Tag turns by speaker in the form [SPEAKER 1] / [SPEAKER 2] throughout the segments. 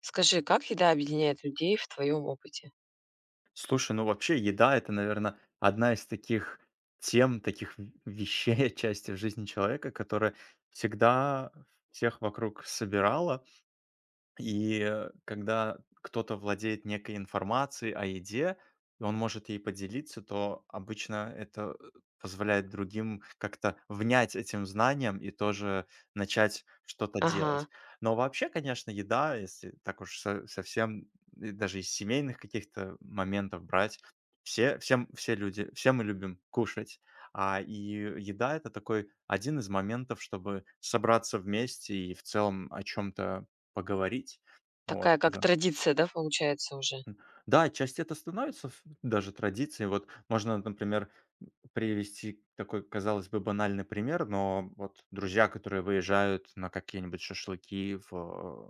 [SPEAKER 1] Скажи, как еда объединяет людей в твоем опыте?
[SPEAKER 2] Слушай, ну вообще еда- это, наверное, одна из таких тем, таких в вещей части в жизни человека, которая всегда всех вокруг собирала. Когда кто-то владеет некой информацией о еде, и он может ей поделиться, то обычно это позволяет другим как-то внять этим знаниям и тоже начать что-то
[SPEAKER 1] Ага,
[SPEAKER 2] делать. Но вообще, конечно, еда, если так уж совсем, и даже из семейных каких-то моментов брать, все люди, все мы любим кушать. А и еда это такой один из моментов, чтобы собраться вместе и в целом о чем-то поговорить. Вот
[SPEAKER 1] такая как
[SPEAKER 2] уже.
[SPEAKER 1] традиция, да, получается уже?
[SPEAKER 2] М. Да, часть это становится ф даже традицией. Вот можно, например, привести такой, казалось бы, банальный пример, но вот друзья, которые выезжают на какие-нибудь шашлыки в,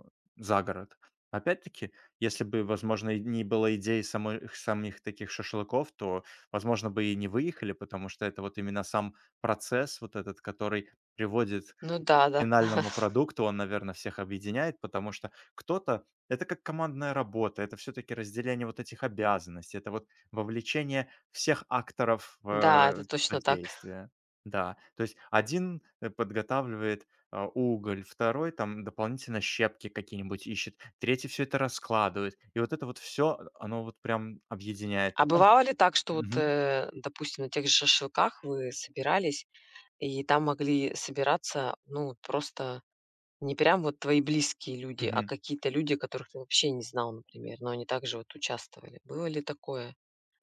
[SPEAKER 2] э, за город. Опять-таки, если бы, возможно, и не было идей самой самих таких шашлыков, то, возможно бы, и не выехали, потому что это вот именно сам процесс вот этот, который приводит
[SPEAKER 1] Ну да, да,
[SPEAKER 2] финальному продукту, он, наверное, всех объединяет, потому что кто-то это как командная работа, это все таки разделение вот этих обязанностей, это вот вовлечение всех акторов в,
[SPEAKER 1] да, это
[SPEAKER 2] э,
[SPEAKER 1] точно так.
[SPEAKER 2] содействие. Да, то есть один подготавливает, уголь, второй там дополнительно щепки какие-нибудь ищет, третий все это раскладывает. И вот это вот все, оно вот прям объединяет.
[SPEAKER 1] А
[SPEAKER 2] Потом.
[SPEAKER 1] бывало ли так, что вот,
[SPEAKER 2] Мгм,
[SPEAKER 1] допустим, на тех же шашлыках вы собирались, и там могли собираться, ну, просто не прям вот твои близкие люди, а
[SPEAKER 2] мгм.
[SPEAKER 1] какие-то люди, которых ты вообще не знал, например, но они также вот участвовали. Было ли такое?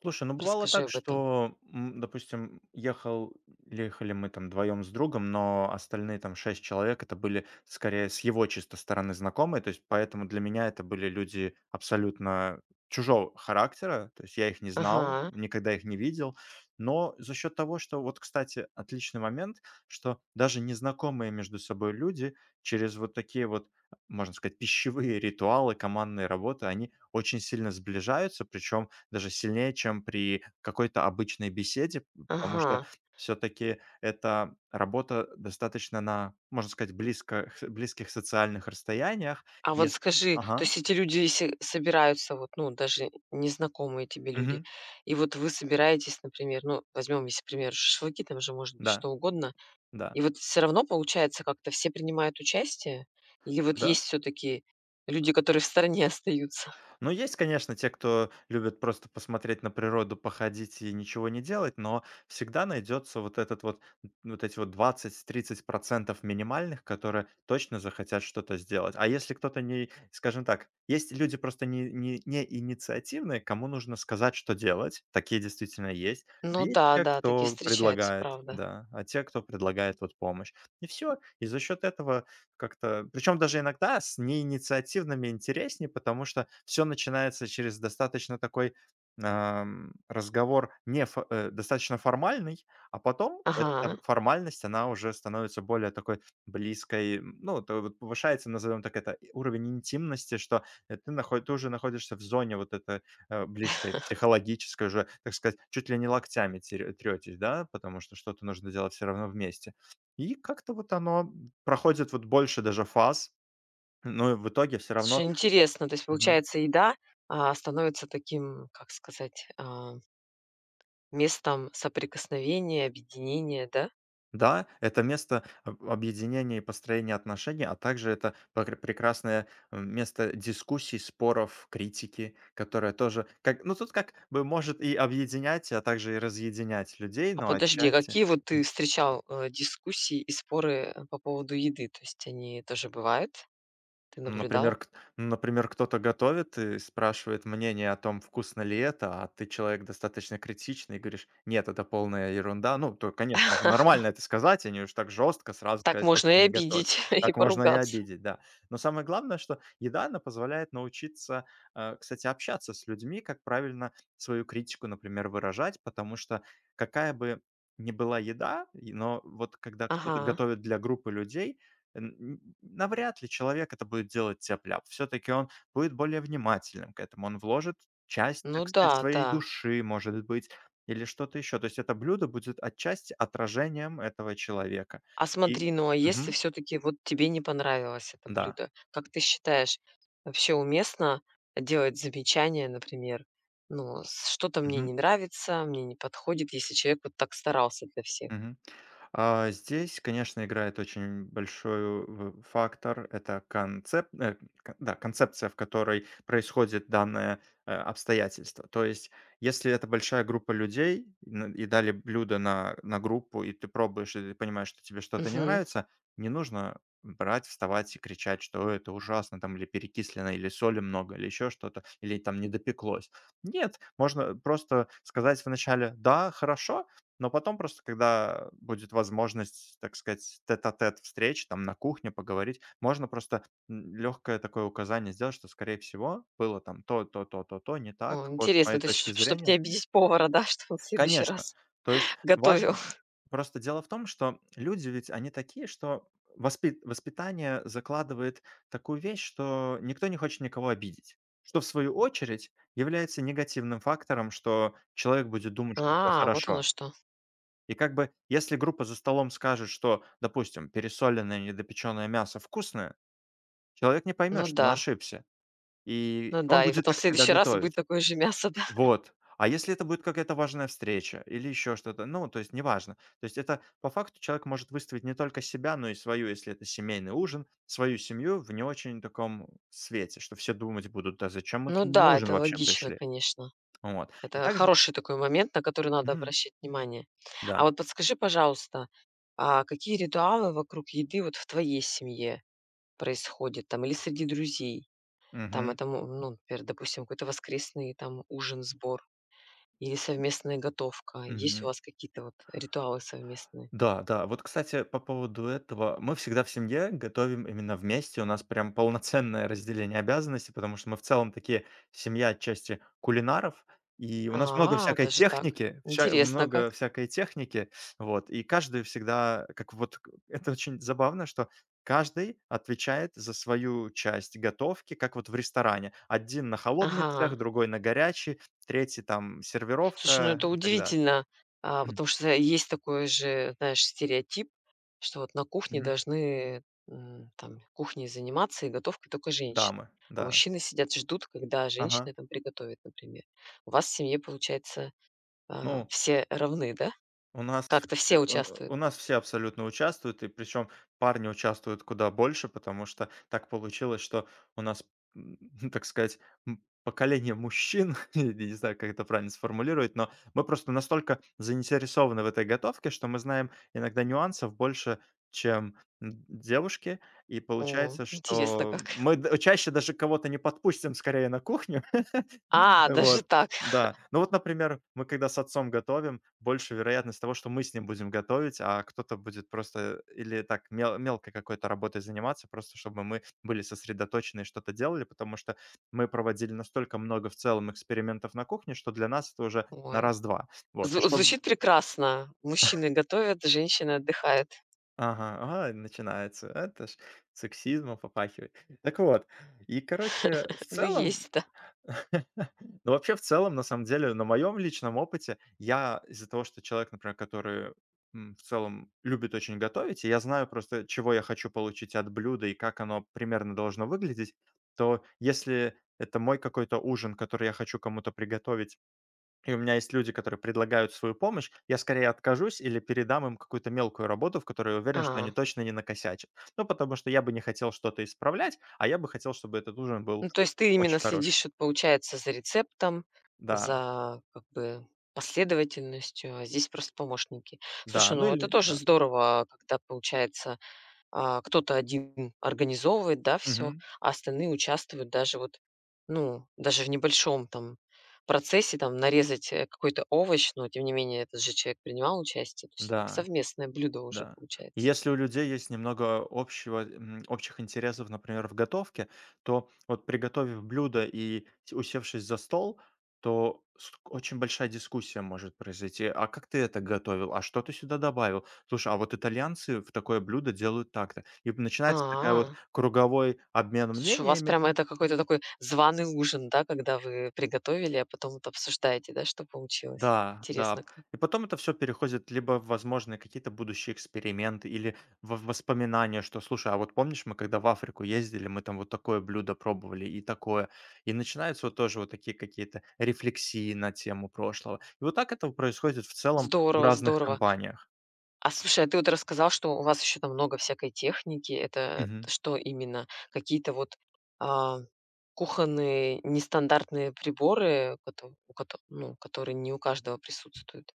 [SPEAKER 2] Слушай, ну бывало
[SPEAKER 1] Расскажи
[SPEAKER 2] так,
[SPEAKER 1] об этом.
[SPEAKER 2] что, допустим, ехали мы там вдвоем с другом, но остальные там 6 человек- это были скорее с его чисто стороны знакомые. То есть поэтому для меня это были люди абсолютно чужого характера. То есть я их не знал,
[SPEAKER 1] Ага,
[SPEAKER 2] никогда их не видел. Но за счет того, что вот, кстати, отличный момент, что даже незнакомые между собой люди через вот такие вот, можно сказать, пищевые ритуалы, командные работы, они очень сильно сближаются. Причем даже сильнее, чем при какой-то обычной беседе, потому
[SPEAKER 1] ага.
[SPEAKER 2] что все таки это работа достаточно на, можно сказать, близко близких социальных расстояниях.
[SPEAKER 1] А вот
[SPEAKER 2] Ес
[SPEAKER 1] скажи, то
[SPEAKER 2] Ага.
[SPEAKER 1] есть эти люди, если собираются, вот, ну, даже незнакомые тебе люди,
[SPEAKER 2] Мгм.
[SPEAKER 1] и вот вы собираетесь, например, ну, возьмем, если, к примеру, шашлыки, там же может быть
[SPEAKER 2] Да,
[SPEAKER 1] что угодно,
[SPEAKER 2] да,
[SPEAKER 1] и вот все равно, получается, как-то все принимают участие? Или вот
[SPEAKER 2] да.
[SPEAKER 1] есть все таки люди, которые в стороне остаются?
[SPEAKER 2] Ну, есть, конечно, те, кто любит просто посмотреть на природу, походить и ничего не делать, но всегда найдется вот этот вот, вот эти вот 20-30% минимальных, которые точно захотят что-то сделать. А если кто-то не, скажем так, есть люди просто не инициативные, кому нужно сказать, что делать, такие действительно есть. А
[SPEAKER 1] Ну
[SPEAKER 2] есть
[SPEAKER 1] да,
[SPEAKER 2] те,
[SPEAKER 1] да, такие
[SPEAKER 2] кто
[SPEAKER 1] встречаются,
[SPEAKER 2] предлагает,
[SPEAKER 1] правда.
[SPEAKER 2] да, а те, кто предлагает вот помощь. И все. И за счет этого как-то, причем даже иногда с неинициативными интереснее, потому что все начинается через достаточно такой, разговор не фо э, достаточно формальный, а потом эта
[SPEAKER 1] Ага.
[SPEAKER 2] формальность, она уже становится более такой близкой, ну, то вот повышается, назовем так это, и уровень интимности, что, ты нахо ты уже находишься в зоне вот этой, близкой, психологической уже, так сказать, чуть ли не локтями тире третесь, да, потому что что-то нужно делать все равно вместе. И как-то вот оно проходит вот больше даже фаз, но и в итоге все
[SPEAKER 1] Слушай,
[SPEAKER 2] равно.
[SPEAKER 1] интересно, то есть,
[SPEAKER 2] Мгм.
[SPEAKER 1] получается, еда, становится таким, как сказать, местом соприкосновения, объединения, да?
[SPEAKER 2] Да, это место об объединения и построения отношений, а также это пр прекрасное, место дискуссий, споров, критики, которая тоже как ну, тут как бы может и объединять, а также и разъединять людей,
[SPEAKER 1] А
[SPEAKER 2] но
[SPEAKER 1] подожди, а
[SPEAKER 2] отчасти.
[SPEAKER 1] какие вот ты встречал, дискуссии и споры, по поводу еды? То есть они тоже бывают? Ты
[SPEAKER 2] Ну, например,
[SPEAKER 1] наблюдал?
[SPEAKER 2] к ну, например, кто-то готовит и спрашивает мнение о том, вкусно ли это, а ты человек достаточно критичный и говоришь: "Нет, это полная ерунда". Ну, то, конечно же, нормально это сказать, а не уж так жестко сразу
[SPEAKER 1] Так
[SPEAKER 2] сказать: "Больше
[SPEAKER 1] можно и
[SPEAKER 2] не готовь".
[SPEAKER 1] обидеть, и
[SPEAKER 2] Так можно и
[SPEAKER 1] поругаться.
[SPEAKER 2] обидеть, да. Но самое главное, что еда, она позволяет научиться, кстати, общаться с людьми, как правильно свою критику, например, выражать, потому что какая бы ни была еда, и но вот когда кто-то
[SPEAKER 1] Ага.
[SPEAKER 2] готовит для группы людей, Н навряд ли человек это будет делать тяп-ляп. Всё-таки он будет более внимательным к этому. Он вложит часть,
[SPEAKER 1] Ну
[SPEAKER 2] так сказать,
[SPEAKER 1] да,
[SPEAKER 2] своей
[SPEAKER 1] да.
[SPEAKER 2] души, может быть, или что-то еще. То есть это блюдо будет отчасти отражением этого человека.
[SPEAKER 1] А
[SPEAKER 2] И
[SPEAKER 1] смотри, ну а если
[SPEAKER 2] мгм,
[SPEAKER 1] все-таки вот тебе не понравилось это
[SPEAKER 2] да,
[SPEAKER 1] блюдо, как ты считаешь, вообще уместно делать замечания, например, ну, с- что-то мне
[SPEAKER 2] мгм,
[SPEAKER 1] не нравится, мне не подходит, если человек вот так старался для всех?
[SPEAKER 2] мгм. А, здесь, конечно, играет очень большой в фактор. Это концеп э, к да, концепция, в которой происходит данное, обстоятельство. То есть, если это большая группа людей, н и дали блюдо на группу, и ты пробуешь, и ты понимаешь, что тебе что-то не
[SPEAKER 1] Угу.
[SPEAKER 2] нравится, не нужно брать, вставать и кричать, что: "Ой, это ужасно!" Там, или "Перекислено", или "Соли много", или еще что-то, или там "Не допеклось". Нет, можно просто сказать в начале: "Да, хорошо". Но потом просто, когда будет возможность, так сказать, тет-а-тет встреч, там на кухне поговорить, можно просто легкое такое указание сделать, что, скорее всего, было там то, то, то, то, то не так,
[SPEAKER 1] О,
[SPEAKER 2] вот с
[SPEAKER 1] интересно,
[SPEAKER 2] моей
[SPEAKER 1] то
[SPEAKER 2] точки
[SPEAKER 1] есть, чтобы не
[SPEAKER 2] зрения.
[SPEAKER 1] обидеть повара, да, что он в следующий
[SPEAKER 2] Конечно,
[SPEAKER 1] раз
[SPEAKER 2] то есть
[SPEAKER 1] готовил.
[SPEAKER 2] важно просто дело в том, что люди ведь они такие, что воспитание закладывает такую вещь, что никто не хочет никого обидеть, что в свою очередь является негативным фактором, что человек будет думать, что все
[SPEAKER 1] А, вот оно
[SPEAKER 2] хорошо.
[SPEAKER 1] что.
[SPEAKER 2] И как бы если группа за столом скажет, что, допустим, пересоленное недопеченное мясо вкусное, человек не
[SPEAKER 1] Ну
[SPEAKER 2] поймет, что он
[SPEAKER 1] да,
[SPEAKER 2] ошибся, и
[SPEAKER 1] ну
[SPEAKER 2] он
[SPEAKER 1] да. И
[SPEAKER 2] будет
[SPEAKER 1] потом в
[SPEAKER 2] так всегда
[SPEAKER 1] следующий раз будет
[SPEAKER 2] готовить.
[SPEAKER 1] такое же мясо, да.
[SPEAKER 2] Вот. А если это будет какая-то важная встреча или еще что-то, ну, то есть неважно. То есть это по факту человек может выставить не только себя, но и свою, если это семейный ужин, свою семью в не очень таком свете, что все думать будут: "Да зачем мы к
[SPEAKER 1] Ну
[SPEAKER 2] ним на
[SPEAKER 1] да,
[SPEAKER 2] ужин
[SPEAKER 1] это
[SPEAKER 2] вообще
[SPEAKER 1] логично,
[SPEAKER 2] пришли?"
[SPEAKER 1] конечно.
[SPEAKER 2] Вот. И
[SPEAKER 1] Это
[SPEAKER 2] также
[SPEAKER 1] хороший такой момент, на который надо
[SPEAKER 2] мгм,
[SPEAKER 1] обращать внимание.
[SPEAKER 2] да.
[SPEAKER 1] А вот подскажи, пожалуйста, а какие ритуалы вокруг еды вот в твоей семье происходят там или среди друзей? Там
[SPEAKER 2] Мгм.
[SPEAKER 1] это, мо ну, например, допустим, какой-то воскресный там ужин, сбор или совместная готовка. Есть у
[SPEAKER 2] Мгм.
[SPEAKER 1] вас какие-то вот ритуалы совместные?
[SPEAKER 2] Да, да. Вот, кстати, по поводу этого. Мы всегда в семье готовим именно вместе. У нас прям полноценное разделение обязанностей, потому что мы в целом такие семья отчасти кулинаров, и у нас много
[SPEAKER 1] А,
[SPEAKER 2] всякой
[SPEAKER 1] даже так.
[SPEAKER 2] техники,
[SPEAKER 1] Интересно как.
[SPEAKER 2] вот, и каждый всегда, как вот, это очень забавно, что каждый отвечает за свою часть готовки, как вот в ресторане. Один на холодный
[SPEAKER 1] Ага.
[SPEAKER 2] цех, другой на горячий, третий там
[SPEAKER 1] Слушай, ну
[SPEAKER 2] сервировка
[SPEAKER 1] это
[SPEAKER 2] и так далее.
[SPEAKER 1] удивительно,
[SPEAKER 2] Мгм.
[SPEAKER 1] потому что есть такой же, знаешь, стереотип, что вот на кухне должны там кухней заниматься и готовкой только женщины.
[SPEAKER 2] Дамы,
[SPEAKER 1] А
[SPEAKER 2] да.
[SPEAKER 1] мужчины сидят, ждут, когда
[SPEAKER 2] Ага.
[SPEAKER 1] женщина там приготовит, например. У вас в семье, получается,
[SPEAKER 2] Ну,
[SPEAKER 1] все равны, да?
[SPEAKER 2] у нас
[SPEAKER 1] Как-то
[SPEAKER 2] все
[SPEAKER 1] все
[SPEAKER 2] у
[SPEAKER 1] участвуют.
[SPEAKER 2] у нас все абсолютно участвуют, и причем парни участвуют куда больше, потому что так получилось, что у нас, м, так сказать, поколение мужчин, я не знаю, как это правильно сформулировать, но мы просто настолько заинтересованы в этой готовке, что мы знаем иногда нюансов больше, чем, девушки. И
[SPEAKER 1] О,
[SPEAKER 2] получается,
[SPEAKER 1] интересно
[SPEAKER 2] что
[SPEAKER 1] как.
[SPEAKER 2] мы д чаще даже кого-то не подпустим скорее на кухню.
[SPEAKER 1] А, даже
[SPEAKER 2] Вот,
[SPEAKER 1] так.
[SPEAKER 2] да. Ну вот, например, мы когда с отцом готовим, больше вероятность того, что мы с ним будем готовить, а кто-то будет просто или так мелкой какой-то работой заниматься, просто чтобы мы были сосредоточены и что-то делали, потому что мы проводили настолько много в целом экспериментов на кухне, что для нас это уже на
[SPEAKER 1] Ой.
[SPEAKER 2] раз-два. Вот, и
[SPEAKER 1] Зву-
[SPEAKER 2] чтобы…
[SPEAKER 1] звучит прекрасно. Мужчины готовят, женщины отдыхают.
[SPEAKER 2] Ага, ага, начинается. Это ж сексизмом попахивает. Так вот, и, короче, в
[SPEAKER 1] Ну,
[SPEAKER 2] целом.
[SPEAKER 1] есть, да.
[SPEAKER 2] Ну, вообще, в целом, на самом деле, на моем личном опыте, я из-за того, что человек, например, который, в целом любит очень готовить, и я знаю просто, чего я хочу получить от блюда и как оно примерно должно выглядеть, то если это мой какой-то ужин, который я хочу кому-то приготовить, и у меня есть люди, которые предлагают свою помощь, я скорее откажусь или передам им какую-то мелкую работу, в которой я уверен, что они
[SPEAKER 1] А,
[SPEAKER 2] точно не накосячат. Ну, потому что я бы не хотел что-то исправлять, а я бы хотел, чтобы этот ужин был
[SPEAKER 1] ну, то есть ты именно
[SPEAKER 2] очень хороший.
[SPEAKER 1] следишь, вот, получается, за рецептом,
[SPEAKER 2] Да.
[SPEAKER 1] за, как бы, последовательностью, а здесь просто помощники.
[SPEAKER 2] Да,
[SPEAKER 1] Слушай,
[SPEAKER 2] ну
[SPEAKER 1] ну это
[SPEAKER 2] или
[SPEAKER 1] тоже
[SPEAKER 2] да.
[SPEAKER 1] здорово, когда, получается, кто-то один организовывает, да, все,
[SPEAKER 2] Мгм.
[SPEAKER 1] а остальные участвуют даже вот, ну, даже в небольшом там процессе, там, нарезать, какой-то овощ, но тем не менее этот же человек принимал участие. То есть как
[SPEAKER 2] Да,
[SPEAKER 1] совместное блюдо уже
[SPEAKER 2] да.
[SPEAKER 1] получается.
[SPEAKER 2] Если у людей есть немного общего, общих интересов, например, в готовке, то вот приготовив блюдо и с усевшись за стол, то ск очень большая дискуссия может произойти. "А как ты это готовил? А что ты сюда добавил? Слушай, а вот итальянцы в такое блюдо делают так-то". И начинается такая вот
[SPEAKER 1] А.
[SPEAKER 2] круговой обмен
[SPEAKER 1] Слушай, у вас
[SPEAKER 2] мнениями.
[SPEAKER 1] прямо это какой-то такой званый ужин, да, когда вы приготовили, а потом вот обсуждаете, да, что получилось.
[SPEAKER 2] Да, да.
[SPEAKER 1] Интересно как.
[SPEAKER 2] И потом это все переходит либо в возможные какие-то будущие эксперименты, или в воспоминания, что: "Слушай, а вот помнишь, мы когда в Африку ездили, мы там вот такое блюдо пробовали и такое". И начинаются вот тоже вот такие какие-то рефлексии на тему прошлого. И вот так это происходит в целом в
[SPEAKER 1] Здорово,
[SPEAKER 2] разных
[SPEAKER 1] здорово.
[SPEAKER 2] компаниях.
[SPEAKER 1] А слушай, а ты вот рассказал, что у вас еще там много всякой техники. Это что именно? Какие-то вот а, кухонные нестандартные приборы, кото- у кото- ну, которые не у каждого присутствуют.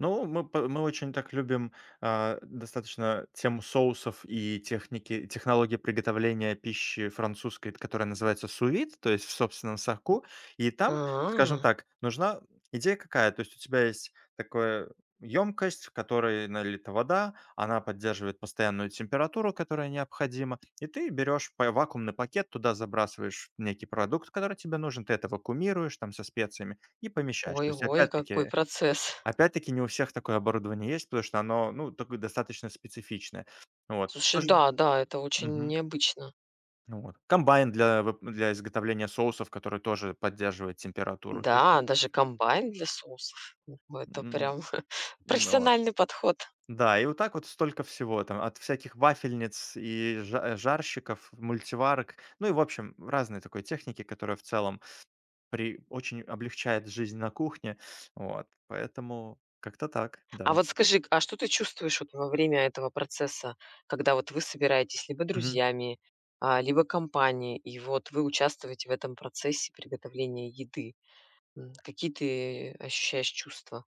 [SPEAKER 2] Ну, мы по мы очень так любим, достаточно тему соусов и техники технологии приготовления пищи французской, которая называется сувит, то есть в собственном соку. И там, скажем
[SPEAKER 1] А,
[SPEAKER 2] так, нужна идея какая? То есть у тебя есть такое емкость, в которой налита вода, она поддерживает постоянную температуру, которая необходима, и ты берешь па вакуумный пакет, туда забрасываешь некий продукт, который тебе нужен, ты это вакуумируешь там со специями и помещаешь. То есть
[SPEAKER 1] ой-ой, какой
[SPEAKER 2] опять-таки.
[SPEAKER 1] процесс.
[SPEAKER 2] Опять-таки, не у всех такое оборудование есть, потому что оно, ну, такое достаточно специфичное. Вот.
[SPEAKER 1] Слушай,
[SPEAKER 2] Тоже
[SPEAKER 1] да, да, это очень
[SPEAKER 2] мгм.
[SPEAKER 1] необычно.
[SPEAKER 2] Ну вот. Комбайн для вып для изготовления соусов, который тоже поддерживает температуру. То есть
[SPEAKER 1] Да,
[SPEAKER 2] тут,
[SPEAKER 1] даже комбайн для соусов. О, это
[SPEAKER 2] м,
[SPEAKER 1] прям
[SPEAKER 2] но
[SPEAKER 1] профессиональный подход.
[SPEAKER 2] да, и вот так вот столько всего там, от всяких вафельниц и жа жарщиков, мультиварок, ну и, в общем, разной такой техники, которая в целом при очень облегчает жизнь на кухне. Вот, поэтому как-то так, да.
[SPEAKER 1] А вот скажи, а что ты чувствуешь вот во время этого процесса, когда вот вы собираетесь либо
[SPEAKER 2] Мгм.
[SPEAKER 1] друзьями, либо компанией, и вот вы участвуете в этом процессе приготовления еды? Какие ты ощущаешь чувства?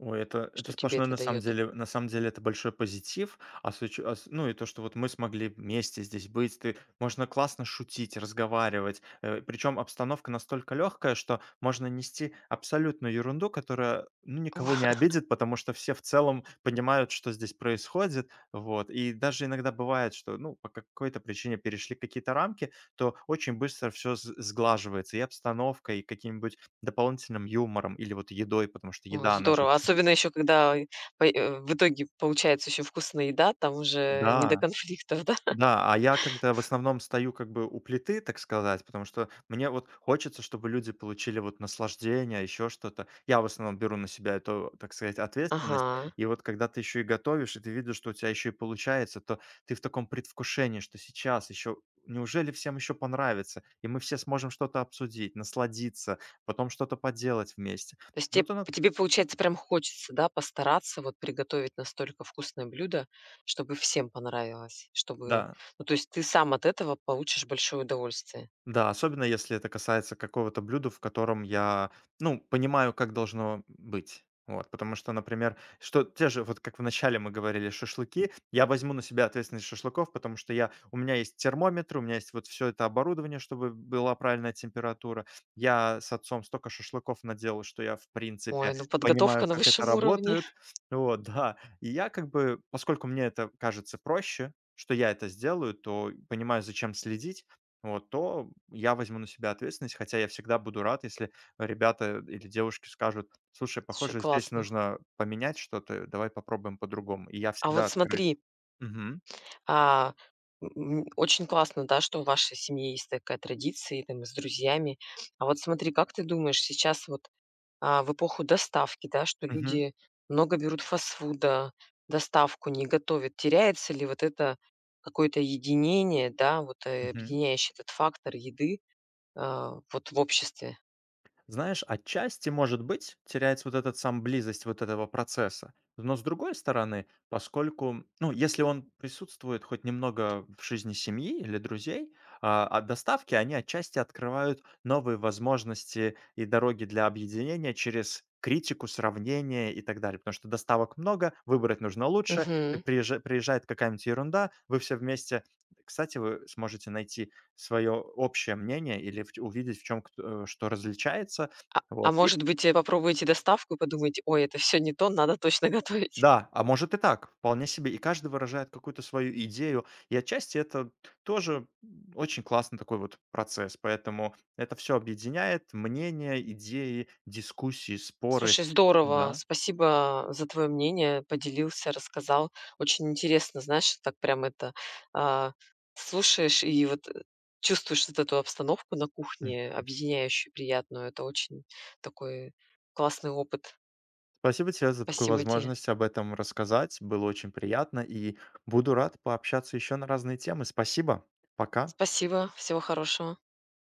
[SPEAKER 2] Ой, это
[SPEAKER 1] Что тебе
[SPEAKER 2] сплошной,
[SPEAKER 1] это
[SPEAKER 2] на самом
[SPEAKER 1] дает?
[SPEAKER 2] деле это большой позитив. А с уч а с ну и то, что вот мы смогли вместе здесь быть, ты можно классно шутить, разговаривать. Причем обстановка настолько легкая, что можно нести абсолютную ерунду, которая, ну, никого не обидит, потому что все в целом понимают, что здесь происходит. Вот. И даже иногда бывает, что, ну, по какой-то причине перешли какие-то рамки, то очень быстро все сглаживается: и обстановка, и каким-нибудь дополнительным юмором или вот едой, потому что
[SPEAKER 1] Ой,
[SPEAKER 2] еда, она же.
[SPEAKER 1] здорово. Особенно еще, когда по- в итоге получается еще вкусная еда, там уже не до
[SPEAKER 2] Да,
[SPEAKER 1] конфликтов, да?
[SPEAKER 2] да, а я когда в основном стою как бы у плиты, так сказать, потому что мне вот хочется, чтобы люди получили вот наслаждение, еще что-то. Я в основном беру на себя эту, так сказать, ответственность.
[SPEAKER 1] Ага.
[SPEAKER 2] И вот когда ты еще и готовишь, и ты видишь, что у тебя еще и получается, то ты в таком предвкушении, что сейчас еще неужели всем еще понравится, и мы все сможем что-то обсудить, насладиться, потом что-то поделать вместе.
[SPEAKER 1] То есть
[SPEAKER 2] И
[SPEAKER 1] те
[SPEAKER 2] вот оно,
[SPEAKER 1] тебе, получается, прям хочется, да, постараться вот приготовить настолько вкусное блюдо, чтобы всем понравилось, чтобы
[SPEAKER 2] да.
[SPEAKER 1] ну, то есть ты сам от этого получишь большое удовольствие.
[SPEAKER 2] Да, особенно если это касается какого-то блюда, в котором я, ну, понимаю, как должно быть. Вот, потому что, например, что те же, вот как вначале мы говорили, шашлыки, я возьму на себя ответственность шашлыков, потому что я, у меня есть термометр, у меня есть вот все это оборудование, чтобы была правильная температура. Я с отцом столько шашлыков наделал, что я, в
[SPEAKER 1] Ой,
[SPEAKER 2] принципе,
[SPEAKER 1] ну подготовка
[SPEAKER 2] понимаю,
[SPEAKER 1] на
[SPEAKER 2] как это
[SPEAKER 1] высшем уровне.
[SPEAKER 2] работает. Вот, да. И я как бы, поскольку мне это кажется проще, что я это сделаю, то понимаю, зачем следить, вот, то я возьму на себя ответственность, хотя я всегда буду рад, если ребята или девушки скажут: "Слушай,
[SPEAKER 1] Слушай,
[SPEAKER 2] похоже, здесь
[SPEAKER 1] классно.
[SPEAKER 2] нужно поменять что-то, давай попробуем по-другому". И я
[SPEAKER 1] А вот
[SPEAKER 2] всегда открыт.
[SPEAKER 1] смотри,
[SPEAKER 2] Мгм.
[SPEAKER 1] а, очень классно, да, что в вашей семье есть такая традиция, и там с друзьями. А вот смотри, как ты думаешь, сейчас вот а, в эпоху доставки, да, что
[SPEAKER 2] Мгм.
[SPEAKER 1] люди много берут фастфуда, доставку не готовят. Теряется ли вот это какое-то единение, да, вот,
[SPEAKER 2] Мгм.
[SPEAKER 1] объединяющий этот фактор еды, вот в обществе?
[SPEAKER 2] Знаешь, отчасти, может быть, теряется вот этот сам близость вот этого процесса. Но с другой стороны, поскольку, ну, если он присутствует хоть немного в жизни семьи или друзей, от доставки они отчасти открывают новые возможности и дороги для объединения через критику, сравнение и так далее. Потому что доставок много, выбрать нужно лучше,
[SPEAKER 1] Мгм.
[SPEAKER 2] приезжает какая-нибудь ерунда, вы все вместе, кстати, вы сможете найти свое общее мнение или вт увидеть, в чем что различается.
[SPEAKER 1] А
[SPEAKER 2] Вот и
[SPEAKER 1] может быть, попробуете доставку и подумаете: "Ой, это все не то, надо точно готовить"?
[SPEAKER 2] да, а может и так, вполне себе. И каждый выражает какую-то свою идею. И отчасти это тоже очень классный такой вот процесс. Поэтому это все объединяет: мнения, идеи, дискуссии, споры.
[SPEAKER 1] Слушай, здорово.
[SPEAKER 2] Да.
[SPEAKER 1] Спасибо за твое мнение. Поделился, рассказал. Очень интересно, знаешь, так прям это а, слушаешь и вот чувствуешь вот эту обстановку на
[SPEAKER 2] М.
[SPEAKER 1] кухне, объединяющую, приятную. Это очень такой классный опыт.
[SPEAKER 2] Спасибо тебе за такую
[SPEAKER 1] Спасибо тебе.
[SPEAKER 2] возможность об этом рассказать. Было очень приятно, и буду рад пообщаться еще на разные темы. Спасибо. Пока.
[SPEAKER 1] Спасибо. Всего хорошего.